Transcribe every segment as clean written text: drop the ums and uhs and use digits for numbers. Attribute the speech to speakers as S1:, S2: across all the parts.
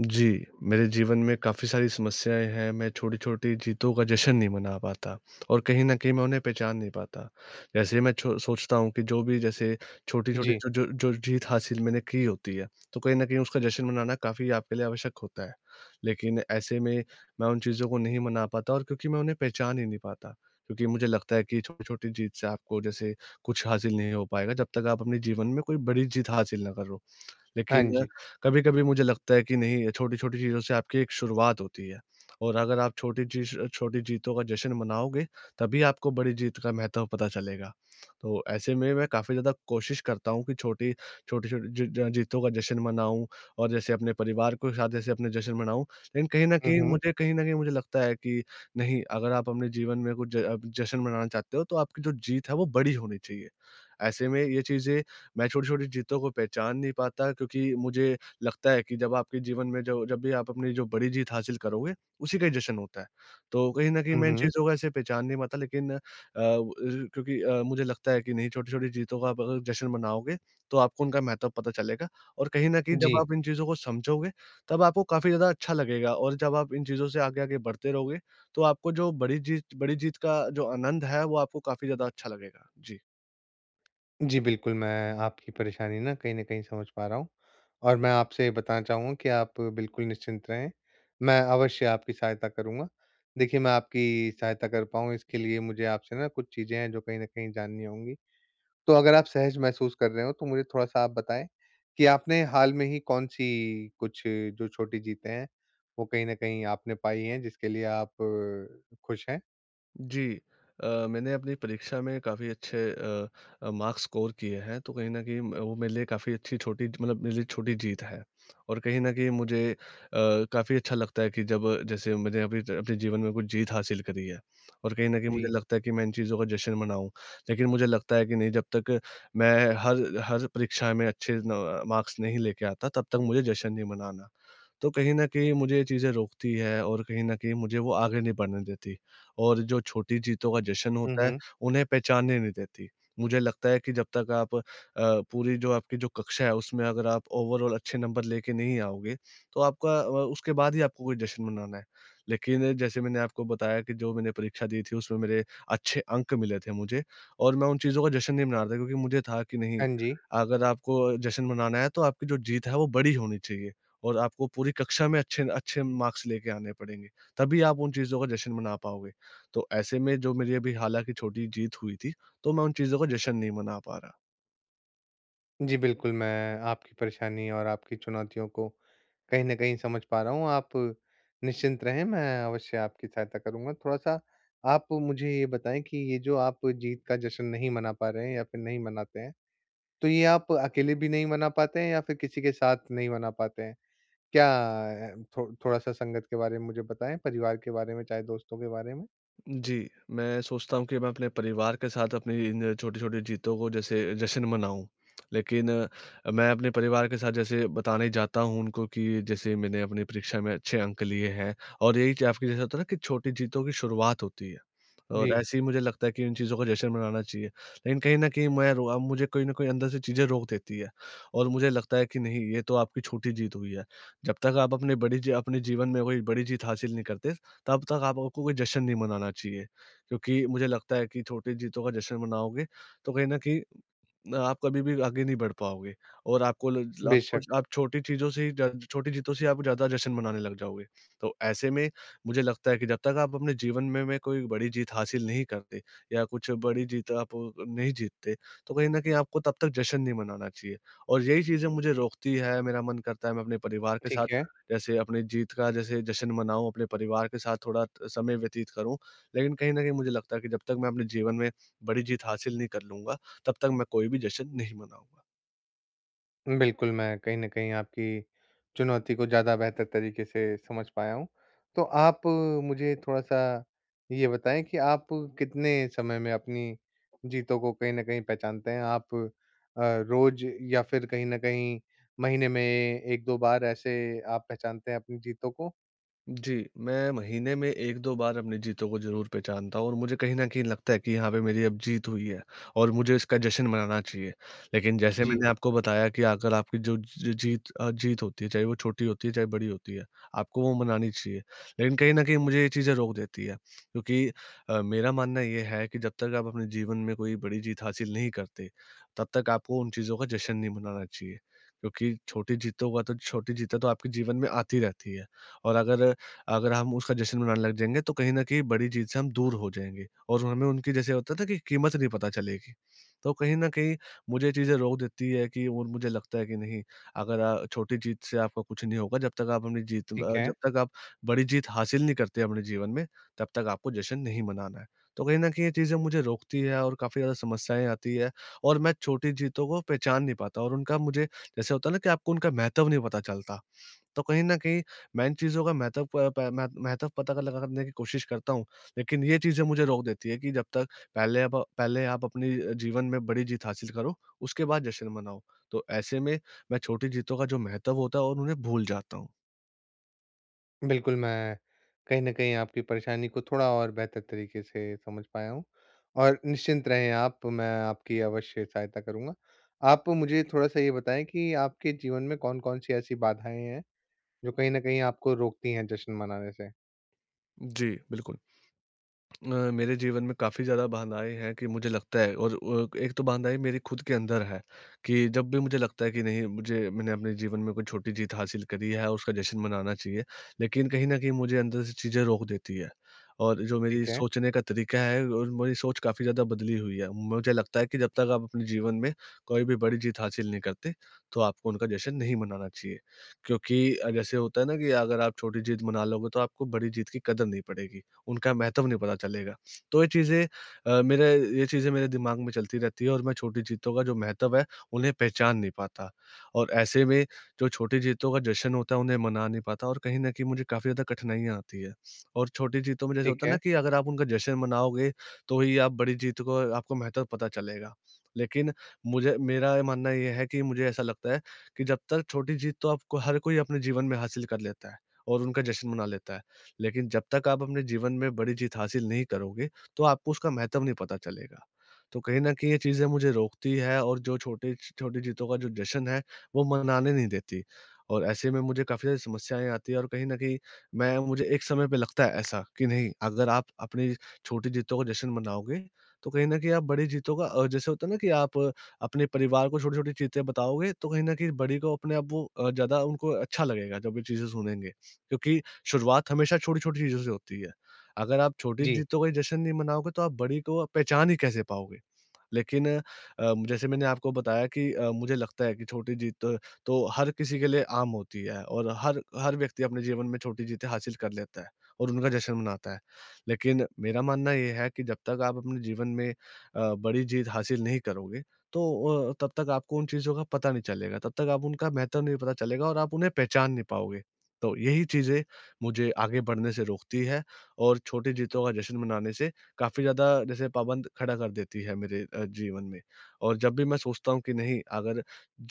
S1: जी, मेरे जीवन में काफ़ी सारी समस्याएँ हैं, मैं छोटी-छोटी जीतों का जश्न नहीं मना पाता और कहीं न कहीं मैं उन्हें पहचान नहीं पाता। जैसे ही मैं छो सोचता हूँ कि जो भी जैसे छोटी-छोटी
S2: जी।
S1: जो जो जो जीत हासिल मैंने की होती है, तो कहीं न कहीं उसका जश्न मनाना काफ़ी आपके लिए आवश्यक होता है। लेकिन ऐसे में मैं उन चीज़ों को नहीं मना पाता और क्योंकि मैं उन्हें पहचान ही नहीं पाता, क्योंकि मुझे लगता है कि छोटी-छोटी जीत से आपको जैसे कुछ हासिल नहीं हो पाएगा, जब तक आप अपने जीवन में कोई बड़ी जीत हासिल ना करो।
S2: हाँ
S1: लेकिन
S2: जी।
S1: कभी-कभी मुझे लगता है कि नहीं, छोटी-छोटी चीज़ों से आपकी एक शुरुआत होती है और अगर आप छोटी जीतों का जश्न मनाओगे, तभी आपको बड़ी जीत का महत्व पता चलेगा। तो ऐसे में मैं काफ़ी ज़्यादा कोशिश करता हूँ कि छोटी-छोटी जी ज जीतों का जश्न मनाऊँ और जैसे अपने परिवार के साथ जैसे अपने जश्न मनाऊँ। लेकिन कहीं न
S2: हुँ,
S1: कहीं
S2: हुँ।
S1: मुझे कहीं न कहीं मुझे लगता है कि नहीं, अगर आप अपने जीवन में कुछ जश्न मनाना चाहते हो, तो आपकी जो जीत है, वो बड़ी होनी चाहिए। ऐसे में ये चीज़ें मैं छोटी-छोटी जीतों को पहचान नहीं पाता क्योंकि मुझे लगता है कि जब आपके जीवन में जो जब भी आप अपनी जो बड़ी जीत हासिल करोगे, उसी का ही जश्न होता है। तो कहीं न कहीं
S2: हुँ,
S1: मैं हुँ। इन
S2: हुँ।
S1: चीज़ों को ऐसे पहचान नहीं पाता, लेकिन अ, व क्योंकि मुझे लगता है कि नहीं, छोटी-छोटी जीतों का आप अगर जश्न मनाओगे, तो आपको उनका महत्व पता चलेगा और कहीं न कहीं जब
S2: जी।
S1: आप इन चीज़ों को समझोगे, तब आपको काफ़ी ज़्यादा अच्छा लगेगा और जब आप इन चीज़ों से आगे-आगे बढ़ते रहोगे, तो आपको जो बड़ी जीत का जो आनंद है, वो आपको काफ़ी ज़्यादा अच्छा लगेगा। जी।
S2: जी, बिल्कुल, मैं आपकी परेशानी ना कहीं न कहीं समझ पा रहा हूँ और मैं आपसे बताना चाहूँगा कि आप बिल्कुल निश्चिंत रहें, मैं अवश्य आपकी सहायता करूँगा। देखिए, मैं आपकी सहायता कर पाऊँ इसके लिए मुझे आपसे ना कुछ चीज़ें हैं जो कहीं न कहीं जाननी होंगी। तो अगर आप सहज महसूस कर रहे हो तो मुझे थोड़ा-सा आप बताएँ कि आपने हाल में ही कौन-सी कुछ जो छोटी जीतें हैं, वो कहीं न कहीं आपने पाई हैं जिसके लिए आप खुश हैं?
S1: जी। मैंने अपनी परीक्षा में काफ़ी अच्छे मार्क्स स्कोर किए हैं, तो कहीं न कहीं म वो मेरे लिए काफ़ी अच्छी छोटी मतलब मेरे लिए छोटी जीत है। और कहीं न कहीं मुझे काफ़ी अच्छा लगता है कि जब जैसे मैंने अभी अपने अपने जीवन में कुछ जीत हासिल करी है और कहीं न कहीं मुझे
S2: जी।
S1: लगता है कि मैं इन चीज़ों का जश्न मनाऊँ। लेकिन मुझे लगता है कि नहीं, जब तक मैं हर हर परीक्षा में अच्छे न मार्क्स नहीं लेके आता, तब तक मुझे जश्न नहीं मनाना। तो कहीं न कहीं मुझे ये चीज़ें रोकती है और कहीं न कहीं मुझे वो आगे नहीं बढ़ने देती। और जो छोटी जीतों का जश्न
S2: हुँ,
S1: होता है,
S2: हुँ।
S1: उन्हें पहचानने नहीं देती। मुझे लगता है कि जब तक आप पूरी जो आपकी जो कक्षा है, उसमें अगर आप ओवरऑल अच्छे नंबर लेके नहीं आओगे, तो आपका उसके बाद ही आपको कोई जश्न मनाना है। लेकिन जैसे मैंने आपको बताया कि जो मैंने परीक्षा दी थी, उसमें मेरे अच्छे अंक मिले थे मुझे और मैं उन चीज़ों का जश्न नहीं मना रहा था, क्योंकि मुझे था कि नहीं,
S2: हाँ जी।
S1: अगर आपको जश्न मनाना है, तो आपकी जो जीत है, वो बड़ी होनी चाहिए और आपको पूरी कक्षा में अच्छे अच्छे मार्क्स लेके आने पड़ेंगे। तभी आप उन चीज़ों का जश्न मना पाओगे। तो ऐसे में जो मेरी अभी हालाँकि छोटी जीत हुई थी, तो मैं उन चीज़ों का जश्न नहीं मना पा रहा।
S2: जी, बिल्कुल, मैं आपकी परेशानी और आपकी चुनौतियों को कहीं न कहीं समझ पा रहा हूँ। आप निश्चिंत रहें, मैं अवश्य आपकी सहायता करूँगा। थोड़ा-सा आप मुझे ये बताएँ कि ये जो आप जीत का जश्न नहीं मना पा रहे हैं या फिर नहीं मनाते हैं, तो ये आप अकेले भी नहीं मना पाते हैं या फिर किसी के साथ नहीं मना पाते हैं? क्या अ, थो थोड़ा-सा संगत के बारे में मुझे बताएँ, परिवार के बारे में, चाहे दोस्तों के बारे में?
S1: जी, मैं सोचता हूँ कि मैं अपने परिवार के साथ अपनी इन छोटी-छोटी जीतों को जैसे जश्न मनाऊँ। लेकिन मैं अपने परिवार के साथ जैसे बताना ही चाहता हूँ उनको कि जैसे मैंने अपनी परीक्षा में अच्छे अंक लिए हैं और यही ज आपकी जैसे होता है ना कि छोटी जीतों की शुरुआत होती है। और
S2: जी,
S1: ऐसे ही मुझे लगता है कि इन चीज़ों का जश्न मनाना चाहिए। लेकिन कहीं न कहीं मैं रो अब मुझे कोई न कोई अंदर से चीज़ें रोक देती है और मुझे लगता है कि नहीं, ये तो आपकी छोटी जीत हुई है। जब तक आप अपने जीवन में कोई बड़ी जीत हासिल नहीं करते, तब तक आपको कोई जश्न नहीं मनाना चाहिए। क्योंकि मुझे लगता है कि छोटी जीतों का जश्न मनाओगे, तो कहीं न कहीं आप कभी भी आगे नहीं बढ़ पाओगे और आपको ल ल आप
S2: बेशक,
S1: कुछ आप छोटी जीतों से ही आप ज़्यादा जश्न मनाने लग जाओगे। तो ऐसे में मुझे लगता है कि जब तक आप अपने जीवन में कोई बड़ी जीत हासिल नहीं करते या कुछ बड़ी जीत आप नहीं जीतते, तो कहीं न कहीं आपको तब तक जश्न नहीं मनाना चाहिए। और यही चीज़ें मुझे रोकती है, मेरा मन करता है मैं अपने परिवार के
S2: ठीक
S1: साथ
S2: है।
S1: जैसे अपनी जीत का जैसे जश्न मनाऊँ, अपने परिवार के साथ थोड़ा त समय व्यतीत करूँ। लेकिन कहीं न कहीं मुझे लगता है कि जब तक मैं अपने जीवन में बड़ी जीत हासिल नहीं कर लूँगा, तब तक मैं कोई भी जश्न नहीं मनाऊँगा।
S2: बिल्कुल, मैं कहीं न कहीं आपकी चुनौती को ज़्यादा बेहतर तरीके से समझ पाया हूँ। तो आप मुझे थोड़ा-सा ये बताएँ कि आप कितने समय में अपनी जीतों को कहीं न कहीं पहचानते हैं? आप रोज़ या फिर कहीं न कहीं महीने में 1-2 बार ऐसे आप पहचानते हैं अपनी जीतों को?
S1: जी, मैं महीने में 1-2 बार अपनी जीतों को ज़रूर पहचानता हूँ और मुझे कहीं न कहीं लगता है कि यहाँ पे मेरी अब जीत हुई है और मुझे इसका जश्न मनाना चाहिए। लेकिन जैसे
S2: जी,
S1: मैंने आपको बताया कि अगर आपकी जो जीत होती है, चाहे वो छोटी होती है, चाहे बड़ी होती है, आपको वो मनानी चाहिए। लेकिन कहीं न कहीं मुझे ये चीज़ें रोक देती है, क्योंकि मेरा मानना ये है कि जब तक आप अपने जीवन में कोई बड़ी जीत हासिल नहीं करते, तब तक आपको उन चीज़ों का जश्न नहीं मनाना चाहिए, क्योंकि छोटी जीतें तो आपके जीवन में आती रहती है और अगर अगर हम उसका जश्न मनाने लग जाएँगे, तो कहीं न कहीं बड़ी चीज़ से हम दूर हो जाएँगे और हमें उनकी जैसे होता है ना कि कीमत नहीं पता चलेगी। तो कहीं न कहीं मुझे ये चीज़ें रोक देती है कि और मुझे लगता है कि नहीं, अगर छोटी जीत से आपका कुछ नहीं होगा, जब तक आप
S2: ठीक है।
S1: जब तक आप बड़ी जीत हासिल नहीं करते अपने जीवन में, तब तक आपको जश्न नहीं मनाना है। तो कहीं न कहीं ये चीज़ें मुझे रोकती है और काफ़ी ज़्यादा समस्याएँ आती है और मैं छोटी जीतों को पहचान नहीं पाता और उनका मुझे जैसे होता है ना कि आपको उनका महत्व नहीं पता चलता। तो कहीं न कहीं मैं इन चीज़ों का महत्व प प मह महत्व पता लगा करने की कोशिश करता हूँ, लेकिन ये चीज़ें मुझे रोक देती है कि जब तक पहले आप अपनी जीवन में बड़ी जीत हासिल करो, उसके बाद जश्न मनाओ। तो ऐसे में मैं छोटी जीतों का जो महत्व होता है और उन्हें भूल जाता हूँ।
S2: बिल्कुल, मैं कहीं न कहीं आपकी परेशानी को थोड़ा और बेहतर तरीके से समझ पाया हूँ और निश्चिंत रहें आप, मैं आपकी अवश्य सहायता करूँगा। आप मुझे थोड़ा-सा ये बताएँ कि आपके जीवन में कौन-कौन सी ऐसी बाधाएँ हैं, जो कहीं न कहीं आपको रोकती हैं जश्न मनाने से?
S1: जी, बिल्कुल। अ, मेरे जीवन में काफ़ी ज़्यादा बाधाएँ हैं कि मुझे लगता है और एक तो बाधाएँ मेरी खुद के अंदर है कि जब भी मुझे लगता है कि नहीं, मुझे मैंने अपने जीवन में कोई छोटी जीत हासिल करी है और उसका जश्न मनाना चाहिए, लेकिन कहीं न कहीं मुझे अंदर से चीज़ें रोक देती है। और जो मेरी
S2: ठीक है,
S1: सोचने का तरीका है और मेरी सोच काफ़ी ज़्यादा बदली हुई है। मुझे लगता है कि जब तक आप अपने जीवन में कोई भी बड़ी जीत हासिल नहीं करते, तो आपको उनका जश्न नहीं मनाना चाहिए। क्योंकि जैसे होता है ना कि अगर आप छोटी जीत मना लोगे, तो आपको बड़ी जीत की कदर नहीं पड़ेगी। उनका महत्व नहीं पता चलेगा। तो अ, मेरे ये चीज़ें मेरे दिमाग में चलती रहती है और मैं छोटी जीतों का जो महत्व है, उन्हें पहचान नहीं पाता। और ऐसे में जो छोटी जीतों का जश्न होता है, उन्हें मना नहीं पाता और कहीं न कहीं मुझे काफ़ी ज़्यादा कठिनाइयाँ आती है। और छोटी जीतों में जैसे
S2: ठीक
S1: होता है ना
S2: है।
S1: कि अगर आप उनका जश्न मनाओगे, तो ही आप बड़ी जीत को आपको महत्व पता चलेगा। लेकिन मुझे मेरा ये मानना ये है कि मुझे ऐसा लगता है कि जब तक छोटी जीत तो आपको हर कोई अपने जीवन में हासिल कर लेता है और उनका जश्न मना लेता है। लेकिन जब तक आप अपने जीवन में बड़ी जीत हासिल नहीं करोगे, तो आपको उसका महत्व नहीं पता चलेगा। तो कहीं न कहीं ये चीज़ें मुझे रोकती है और जो छोटी छोटी जीतों का जो जश्न है, वो मनाने नहीं देती। और ऐसे में मुझे काफ़ी सारी समस्याएँ आती हैं और कहीं न कहीं मैं मुझे एक समय पे लगता है ऐसा कि नहीं, अगर आप अपनी छोटी जीतों का जश्न मनाओगे, तो कहीं न कहीं आप बड़ी जीतों का जैसे होता है ना कि आप अपने परिवार को छोटी-छोटी चीज़ें बताओगे, तो कहीं न कहीं बड़ी को अपने आप वो ज़्यादा उनको अच्छा लगेगा जब ये चीज़ें सुनेंगे। क्योंकि शुरुआत हमेशा छोटी-छोटी चीज़ों से होती है। अगर आप छोटी
S2: जी,
S1: जीतों का ही जश्न नहीं मनाओगे, तो आप बड़ी को पहचान ही कैसे पाओगे? लेकिन जैसे मैंने आपको बताया कि मुझे लगता है कि छोटी जीत तो हर किसी के लिए आम होती है और हर हर व्यक्ति अपने जीवन में छोटी जीतें हासिल कर लेता है और उनका जश्न मनाता है। लेकिन मेरा मानना ये है कि जब तक आप अपने जीवन में बड़ी जीत हासिल नहीं करोगे, तो तब तक आपको उन चीज़ों का पता नहीं चलेगा, तब तक आप उनका महत्व नहीं पता चलेगा और आप उन्हें पहचान नहीं पाओगे। तो यही चीज़ें मुझे आगे बढ़ने से रोकती है और छोटी जीतों का जश्न मनाने से काफ़ी ज़्यादा जैसे पाबंद खड़ा कर देती है मेरे जीवन में। और जब भी मैं सोचता हूँ कि नहीं, अगर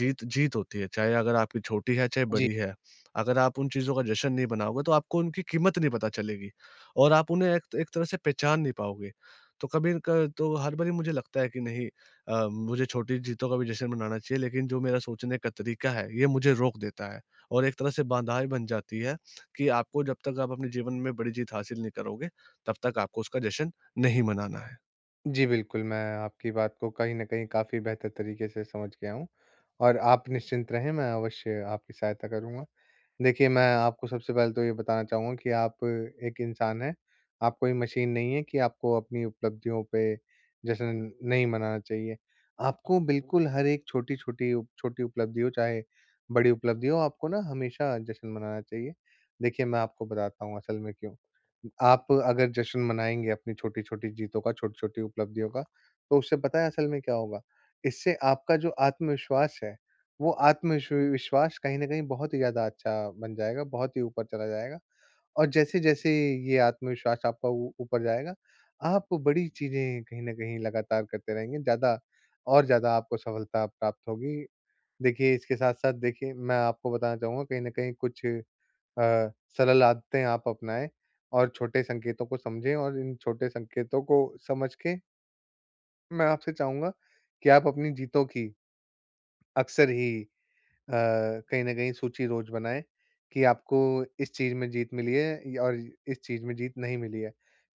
S1: जीत जीत होती है, चाहे अगर आपकी छोटी है, चाहे
S2: जी,
S1: बड़ी है, अगर आप उन चीज़ों का जश्न नहीं मनाओगे, तो आपको उनकी कीमत नहीं पता चलेगी और आप उन्हें एक एक तरह से पहचान नहीं पाओगे। तो कभी क तो हर बारी मुझे लगता है कि नहीं, मुझे छोटी जीतों का भी जश्न मनाना चाहिए, लेकिन जो मेरा सोचने का तरीका है, ये मुझे रोक देता है। और एक तरह से बाधाएँ बन जाती है कि आपको जब तक आप अपने जीवन में बड़ी जीत हासिल नहीं करोगे, तब तक आपको उसका जश्न नहीं मनाना है।
S2: जी, बिल्कुल, मैं आपकी बात को कहीं न कहीं काफ़ी बेहतर तरीके से समझ गया हूँ और आप निश्चिंत रहें, मैं अवश्य आपकी सहायता करूँगा। देखिए, मैं आपको सबसे पहले तो ये बताना चाहूँगा कि आप एक इंसान हैं, आप कोई मशीन नहीं है कि आपको अपनी उपलब्धियों पे जश्न नहीं मनाना चाहिए। आपको बिल्कुल हर एक छोटी-छोटी उप छोटी उपलब्धि हो चाहे बड़ी उपलब्धि हो, आपको ना हमेशा जश्न मनाना चाहिए। देखिए, मैं आपको बताता हूँ असल में क्यों। आप अगर जश्न मनाएँगे अपनी छोटी-छोटी जीतों का, छोटी-छोटी उपलब्धियों का, तो उससे पता है असल में क्या होगा? इससे आपका जो आत्मविश्वास है वो आत्मविश्व विश्वास कहीं न कहीं बहुत ही ज़्यादा अच्छा बन जाएगा, बहुत ही ऊपर चला जाएगा और जैसे-जैसे ये आत्मविश्वास आपका ऊ ऊपर जाएगा, आप बड़ी चीज़ें कहीं न कहीं लगातार करते रहेंगे, ज़्यादा और ज़्यादा आपको सफलता प्राप्त होगी। देखिए, इसके साथ-साथ देखिए, मैं आपको बताना चाहूँगा कहीं न कहीं कुछ अ, सरल आदतें आप अपनाएँ और छोटे संकेतों को समझें और इन छोटे संकेतों को समझ के मैं आपसे चाहूँगा कि आप अपनी जीतों की अक्सर ही अ, कहीं न कहीं सूची रोज़ बनाएँ कि आपको इस चीज़ में जीत मिली है य और इस चीज़ में जीत नहीं मिली है।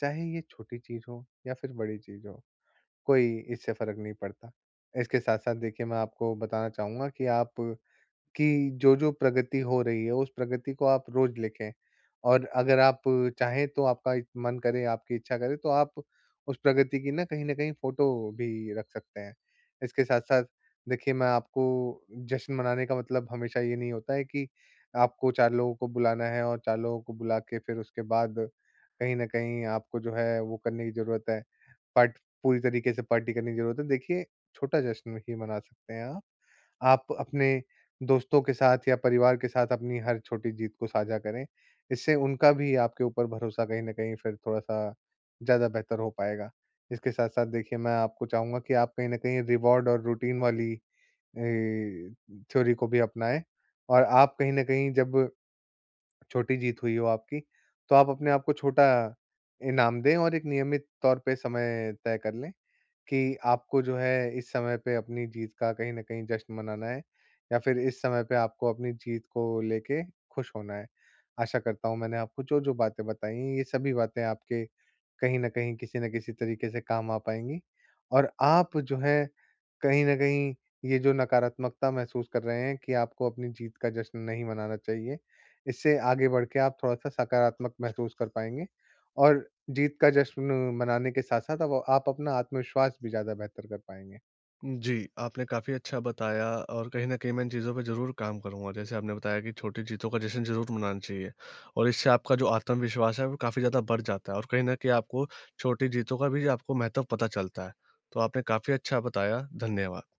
S2: चाहे ये छोटी चीज़ हो या फिर बड़ी चीज़ हो, कोई इससे फ़र्क नहीं पड़ता। इसके साथ-साथ देखिए, मैं आपको बताना चाहूँगा कि आप कि जो-जो प्रगति हो रही है, उस प्रगति को आप रोज़ लिखें और अगर आप चाहें तो आपका मन करे, आपकी इच्छा करे तो आप उस प्रगति की ना कहीं न कहीं फ़ोटो भी रख सकते हैं। इसके साथ-साथ देखिए, मैं आपको जश्न मनाने का मतलब हमेशा ये नहीं होता है कि आपको 4 लोगों को बुलाना है और 4 लोगों को बुला के फिर उसके बाद कहीं न कहीं आपको जो है वो करने की ज़रूरत है, पार्ट पूरी तरीके से पार्टी करने की ज़रूरत है। देखिए, छोटा जश्न ही मना सकते हैं आप। आप अपने दोस्तों के साथ या परिवार के साथ अपनी हर छोटी जीत को साझा करें। इससे उनका भी आपके ऊपर भरोसा कहीं न कहीं फिर थोड़ा-सा ज़्यादा बेहतर हो पाएगा। इसके साथ-साथ देखिए, मैं आपको चाहूँगा कि आप कहीं न कहीं रिवार्ड और रूटीन वाली अ, थ्योरी को भी अपनाएँ और आप कहीं न कहीं जब छोटी जीत हुई हो आपकी, तो आप अपने आप को छोटा इनाम दें और एक नियमित तौर पे समय तय कर लें। कि आपको जो है इस समय पे अपनी जीत का कहीं न कहीं जश्न मनाना है या फिर इस समय पे आपको अपनी जीत को लेके खुश होना है। आशा करता हूँ मैंने आपको जो-जो बातें बताई हैं, ये सभी बातें आपके कहीं न कहीं, किसी न किसी तरीके से काम आ पाएँगी और आप जो है कहीं न कहीं ये जो नकारात्मकता महसूस कर रहे हैं कि आपको अपनी जीत का जश्न नहीं मनाना चाहिए। इससे आगे बढ़ के आप थोड़ा-सा सकारात्मक महसूस कर पाएँगे और जीत का जश्न मनाने के साथ-साथ अब आप अपना आत्मविश्वास भी ज़्यादा बेहतर कर पाएँगे।
S1: जी, आपने काफ़ी अच्छा बताया और कहीं न कहीं मैं इन चीज़ों पे ज़रूर काम करूँगा। जैसे आपने बताया कि छोटी जीतों का जश्न ज़रूर मनाना चाहिए और इससे आपका जो आत्मविश्वास है, वो काफ़ी ज़्यादा बढ़ जाता है और कहीं न कहीं आपको छोटी जीतों का भी आपको महत्व पता चलता है। तो आपने काफ़ी अच्छा बताया, धन्यवाद।